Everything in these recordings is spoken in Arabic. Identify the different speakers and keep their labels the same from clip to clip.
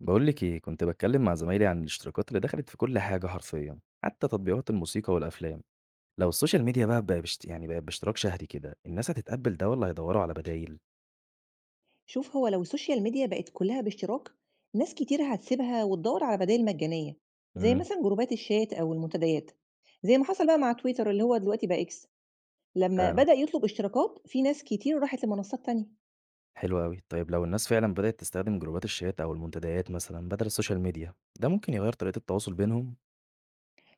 Speaker 1: بقول لك ايه، كنت بتكلم مع زمايلي عن الاشتراكات اللي دخلت في كل حاجة حرفيا، حتى تطبيقات الموسيقى والافلام. لو السوشيال ميديا بقى يعني بقى باشتراك شهري كده، الناس هتتقبل ده ولا هيدوروا على بدايل؟
Speaker 2: شوف، هو لو السوشيال ميديا بقت كلها باشتراك، ناس كتير هتسيبها وتدور على بدائل مجانية، زي
Speaker 1: امم.
Speaker 2: مثلا جروبات الشات أو المنتديات. زي ما حصل بقى مع تويتر اللي هو دلوقتي بقى إكس، لما
Speaker 1: فعلا.
Speaker 2: بدأ يطلب اشتراكات، في ناس كتير راحت لمنصات تانية.
Speaker 1: حلو قوي. طيب لو الناس فعلا بدأت تستخدم جروبات الشات او المنتديات مثلا بدل السوشيال ميديا، ده ممكن يغير طريقة التواصل بينهم.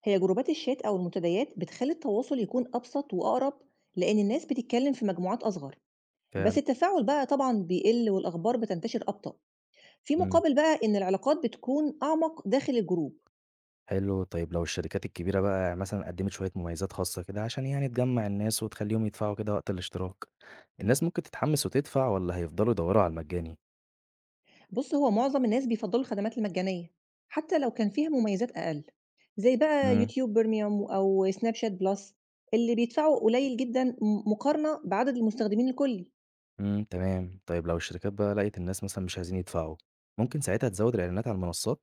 Speaker 2: هي جروبات الشات أو المنتديات بتخلي التواصل يكون أبسط وأقرب، لأن الناس بتتكلم في مجموعات أصغر. بس
Speaker 1: فعلا.
Speaker 2: التفاعل بقى طبعا بيقل والأخبار بتنتشر أبطأ، في
Speaker 1: امم.
Speaker 2: مقابل بقى إن العلاقات بتكون أعمق داخل الجروب.
Speaker 1: حلو. طيب لو الشركات الكبيرة بقى مثلا قدمت شوية مميزات خاصة كده عشان يعني تجمع الناس وتخليهم يدفعوا كده وقت الاشتراك، الناس ممكن تتحمس وتدفع ولا هيفضلوا يدوروا على المجاني؟
Speaker 2: بُص، هو معظم الناس بيفضّلوا الخدمات المجانية، حتى لو كان فيها مميزات أقل، زي بقى يوتيوب Premium أو Snapchat Plus. اللي بيدفعوا قليل جدًا مقارنة بعدد المستخدمين الكلّي،
Speaker 1: إمم، تمام. طيب لو الشركات بقى لقيت الناس مثلًا مش عايزين يدفعوا، ممكن ساعتها تزوّد الإعلانات على المنصات؟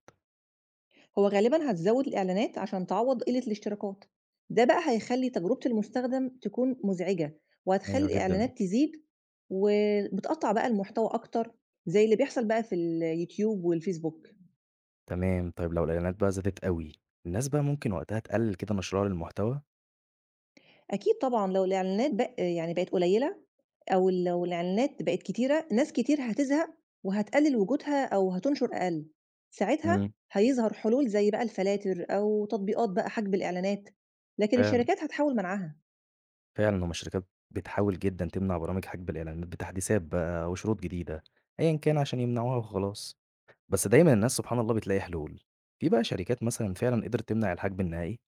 Speaker 2: هو غالبًا هتزوّد الإعلانات عشان تعوّض قلة الاشتراكات. ده بقى هيخلّي تجربة المستخدم تكون مزعجة، وهتخلّي
Speaker 1: أيوه جدًا،
Speaker 2: الإعلانات تزيد وبتقطّع بقى المحتوى أكتر، زي اللي بيحصل بقى في اليوتيوب والفيسبوك.
Speaker 1: تمام. طيب لو الإعلانات بقى زادت أوي، الناس بقى ممكن وقتها تقلل كده مشروعها للمحتوى؟
Speaker 2: أكيد طبعًا لو الإعلانات بق يعني بقت قليّلة أو لو الإعلانات بقت كتيرة، ناس كتير هتزهق وهتقلِّل وجودها أو هتنشر أقل، ساعتها
Speaker 1: إمم.
Speaker 2: هيظهر حلول زي بقى الفلاتر أو تطبيقات بقى حجب الإعلانات، لكن
Speaker 1: فعلًا.
Speaker 2: الشركات هتحاول منعها.
Speaker 1: فعلًا هُم الشركات بتحاول جدًا تمنع برامج حجب الإعلانات بتحديثات بقى وشروط جديدة، أيًا كان عشان يمنعوها وخلاص. بس دايمًا الناس سبحان الله بتلاقي حلول. في بقى شركات مثلًا فعلًا قدرت تمنع الحجب النهائي؟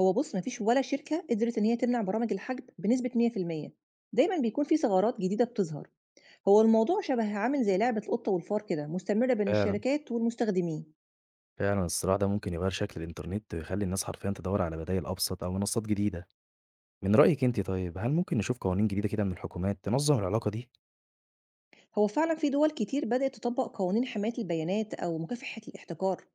Speaker 2: هو بُص، ما فيش ولا شركة قدرت إن هي تمنع برامج الحجب بنسبة 100%، دايمًا بيكون في ثغرات جديدة بتظهر. هو الموضوع شبه عامل زي لعبة القطة والفار كده، مستمرة بين
Speaker 1: فعلًا.
Speaker 2: الشركات والمستخدمين.
Speaker 1: فعلًا الصراع ده ممكن يغيّر شكل الإنترنت ويخلّي الناس حرفيًا تدوّر على بدايل أبسط أو منصات جديدة. من رأيِك أنتِ طيب، هل ممكن نشوف قوانين جديدة كده من الحكومات تنظم العلاقة دي؟
Speaker 2: هو فعلا في دول كتير بدأت تطبق قوانين حماية البيانات أو مكافحة الاحتكار.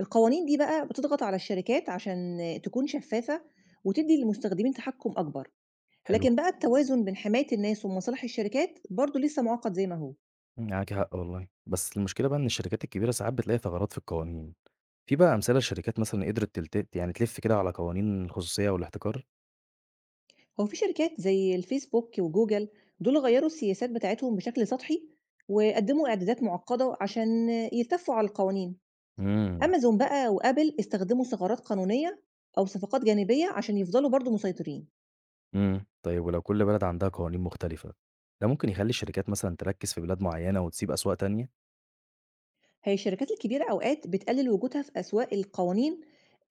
Speaker 2: القوانين دي بقى بتضغط على الشركات عشان تكون شفافة وتدي للمستخدمين تحكم أكبر،
Speaker 1: حلو.
Speaker 2: لكن بقى التوازن بين حماية الناس ومصالح الشركات برضه لسه معقد زي ما هو.
Speaker 1: إمم، معاكِ حق والله، بس المشكلة بقى إن الشركات الكبيرة ساعات بتلاقي ثغرات في القوانين. في بقى أمثلة لشركات مثلًا قدرت يعني تلِف كده على قوانين الخصوصية والاحتكار؟
Speaker 2: هو في شركات زي الفيسبوك وجوجل دول غيروا السياسات بتاعتهم بشكل سطحي، وقدموا إعدادات معقدة عشان يلتفوا على القوانين.
Speaker 1: إمم.
Speaker 2: أمازون بقى وآبل استخدموا ثغرات قانونية أو صفقات جانبية عشان يفضلوا برضه مسيطرين.
Speaker 1: إمم. طيب ولو كل بلد عندها قوانين مختلفة، ده ممكن يخلّي الشركات مثلًا تركّز في بلاد معيّنة وتسيب أسواق تانية؟
Speaker 2: هي الشركات الكبيرة أوقات بتقلل وجودها في أسواق القوانين،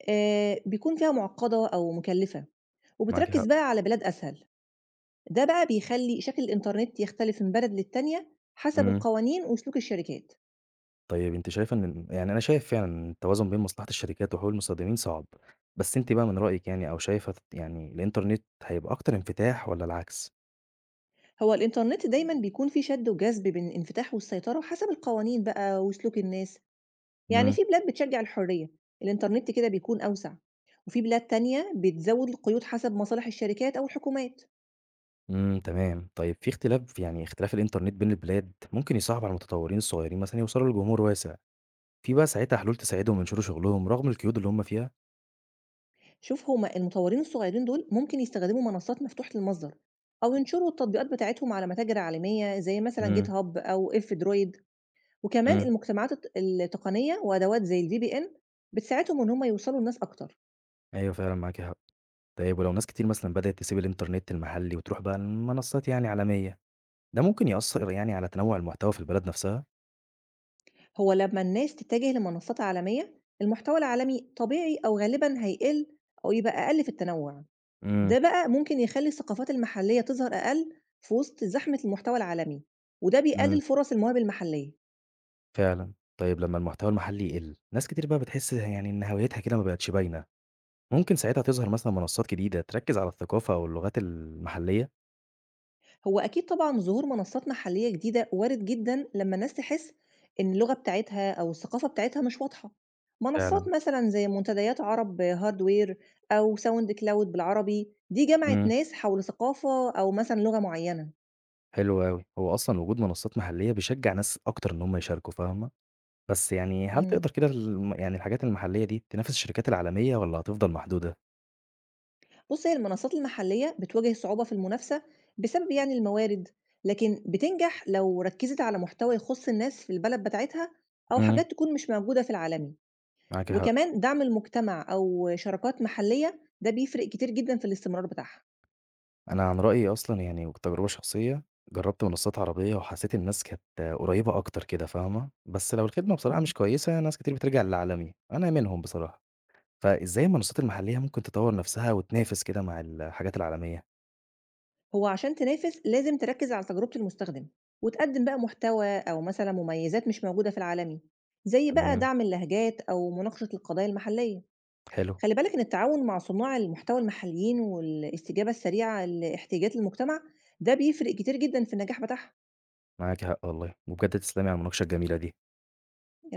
Speaker 2: آه، بيكون فيها معقدة أو مكلفة،
Speaker 1: معاكِ
Speaker 2: وبتركز
Speaker 1: حق.
Speaker 2: بقى على بلاد أسهل. ده بقى بيخلي شكل الإنترنت يختلف من بلد للتانية حسب
Speaker 1: إمم.
Speaker 2: القوانين وسلوك الشركات.
Speaker 1: طيب أنتِ شايفة إن يعني، أنا شايف فعلًا إن التوازن بين مصلحة الشركات وحقوق المستخدمين صعب، بس أنتِ بقى من رأيِك يعني، أو شايفة يعني الإنترنت هيبقى أكتر انفتاح والّا العكس؟
Speaker 2: هو الإنترنت دايما بيكون فيه شد وجذب بين الانفتاح والسيطرة حسب القوانين بقى وسلوك الناس. يعني
Speaker 1: إمم.
Speaker 2: في بلاد بتشجع الحرية، الإنترنت كده بيكون أوسع، وفي بلاد تانية بتزود القيود حسب مصالح الشركات أو الحكومات.
Speaker 1: إمم، تمام. طيب في اختلاف، يعني اختلاف الإنترنت بين البلاد ممكن يصعب على المتطورين الصغيرين مثلًا يوصلوا لجمهور واسع، في بقى ساعتها حلول تساعدهم ينشروا شغلهم رغم القيود اللي هم فيها؟
Speaker 2: شوف، هُم المطوّرين الصغيّرين دول ممكن يستخدموا منصات مفتوحة المصدر، أو ينشروا التطبيقات بتاعتهم على متاجر عالمية زي مثلًا
Speaker 1: إمم.
Speaker 2: GitHub أو Elfdroid، وكمان
Speaker 1: إمم.
Speaker 2: المجتمعات التقنية وأدوات زي الVPN بتساعدهم إن هُم يوصلوا لناس أكتر.
Speaker 1: أيوه فعلًا معاكِ حق. طيب ولو ناس كتير مثلًا بدأت تسيب الإنترنت المحلي وتروح بقى لمنصات يعني عالمية، ده ممكن يأثر يعني على تنوع المحتوى في البلد نفسها؟
Speaker 2: هو لمّا الناس تتجه لمنصات عالمية، المحتوى العالمي طبيعي أو غالبًا هيقل أو يبقى أقل في التنوع.
Speaker 1: إمم.
Speaker 2: ده بقى ممكن يخلّي الثقافات المحلية تظهر أقل في وسط زحمة المحتوى العالمي، وده
Speaker 1: إمم،
Speaker 2: بيقلل فرص المواهب المحلية.
Speaker 1: فعلًا. طيب لمّا المحتوى المحلي يقل، ناس كتير بقى بتحس يعني إن هويتها كده ما بقتش باينة، ممكن ساعتها تظهر مثلًا منصات جديدة تركّز على الثقافة أو اللغات المحلية؟
Speaker 2: هو أكيد طبعًا ظهور منصات محلية جديدة وارد جدًا لمّا الناس تحس إن اللغة بتاعتها أو الثقافة بتاعتها مش واضحة. منصات
Speaker 1: فعلًا.
Speaker 2: مثلًا زي منتديات عرب هاردوير أو ساوند كلاود بالعربي، دي جمعت
Speaker 1: إمم،
Speaker 2: ناس حول ثقافة أو مثلًا لغة معينة.
Speaker 1: حلو أوي. هو أصلًا وجود منصات محلية بيشجّع ناس أكتر إن هم يشاركوا، فاهمة؟ بس يعني هل
Speaker 2: إمم،
Speaker 1: تقدر كده يعني الحاجات المحلية دي تنافس الشركات العالمية والّا هتفضل محدودة؟
Speaker 2: بُص، هي المنصات المحلية بتواجه صعوبة في المنافسة بسبب يعني الموارد، لكن بتنجح لو ركزت على محتوى يخص الناس في البلد بتاعتها أو
Speaker 1: إمم،
Speaker 2: حاجات تكون مش موجودة في العالمي.
Speaker 1: معاكِ حق.
Speaker 2: وكمان دعم المجتمع أو شراكات محلية ده بيفرق كتير جدًا في الاستمرار بتاعها.
Speaker 1: أنا عن رأيي أصلًا يعني وتجربة شخصية، جرّبت منصات عربية وحسّيت الناس كانت قريّبة أكتر كده فاهمة، بس لو الخدمة بصراحة
Speaker 2: إمم.
Speaker 1: مش كويسة ناس كتير بترجع للعالمي، أنا منهم بصراحة. فإزاي المنصات المحلية ممكن تطوّر نفسها وتنافس كده مع الحاجات العالمية؟
Speaker 2: هو عشان تنافس لازم تركز على تجربة المستخدم، وتقدم بقى محتوى أو مثلًا مميزات مش موجودة في العالمي، زي بقى
Speaker 1: تمام،
Speaker 2: دعم اللهجات أو مناقشة القضايا المحلية.
Speaker 1: حلو،
Speaker 2: خلي بالك إن التعاون مع صناع المحتوى المحليين والاستجابة السريعة لاحتياجات المجتمع ده بيفرق كتير جدًا في النجاح بتاعها.
Speaker 1: معاكِ حق والله، وبجد تسلمي على المناقشة الجميلة دي.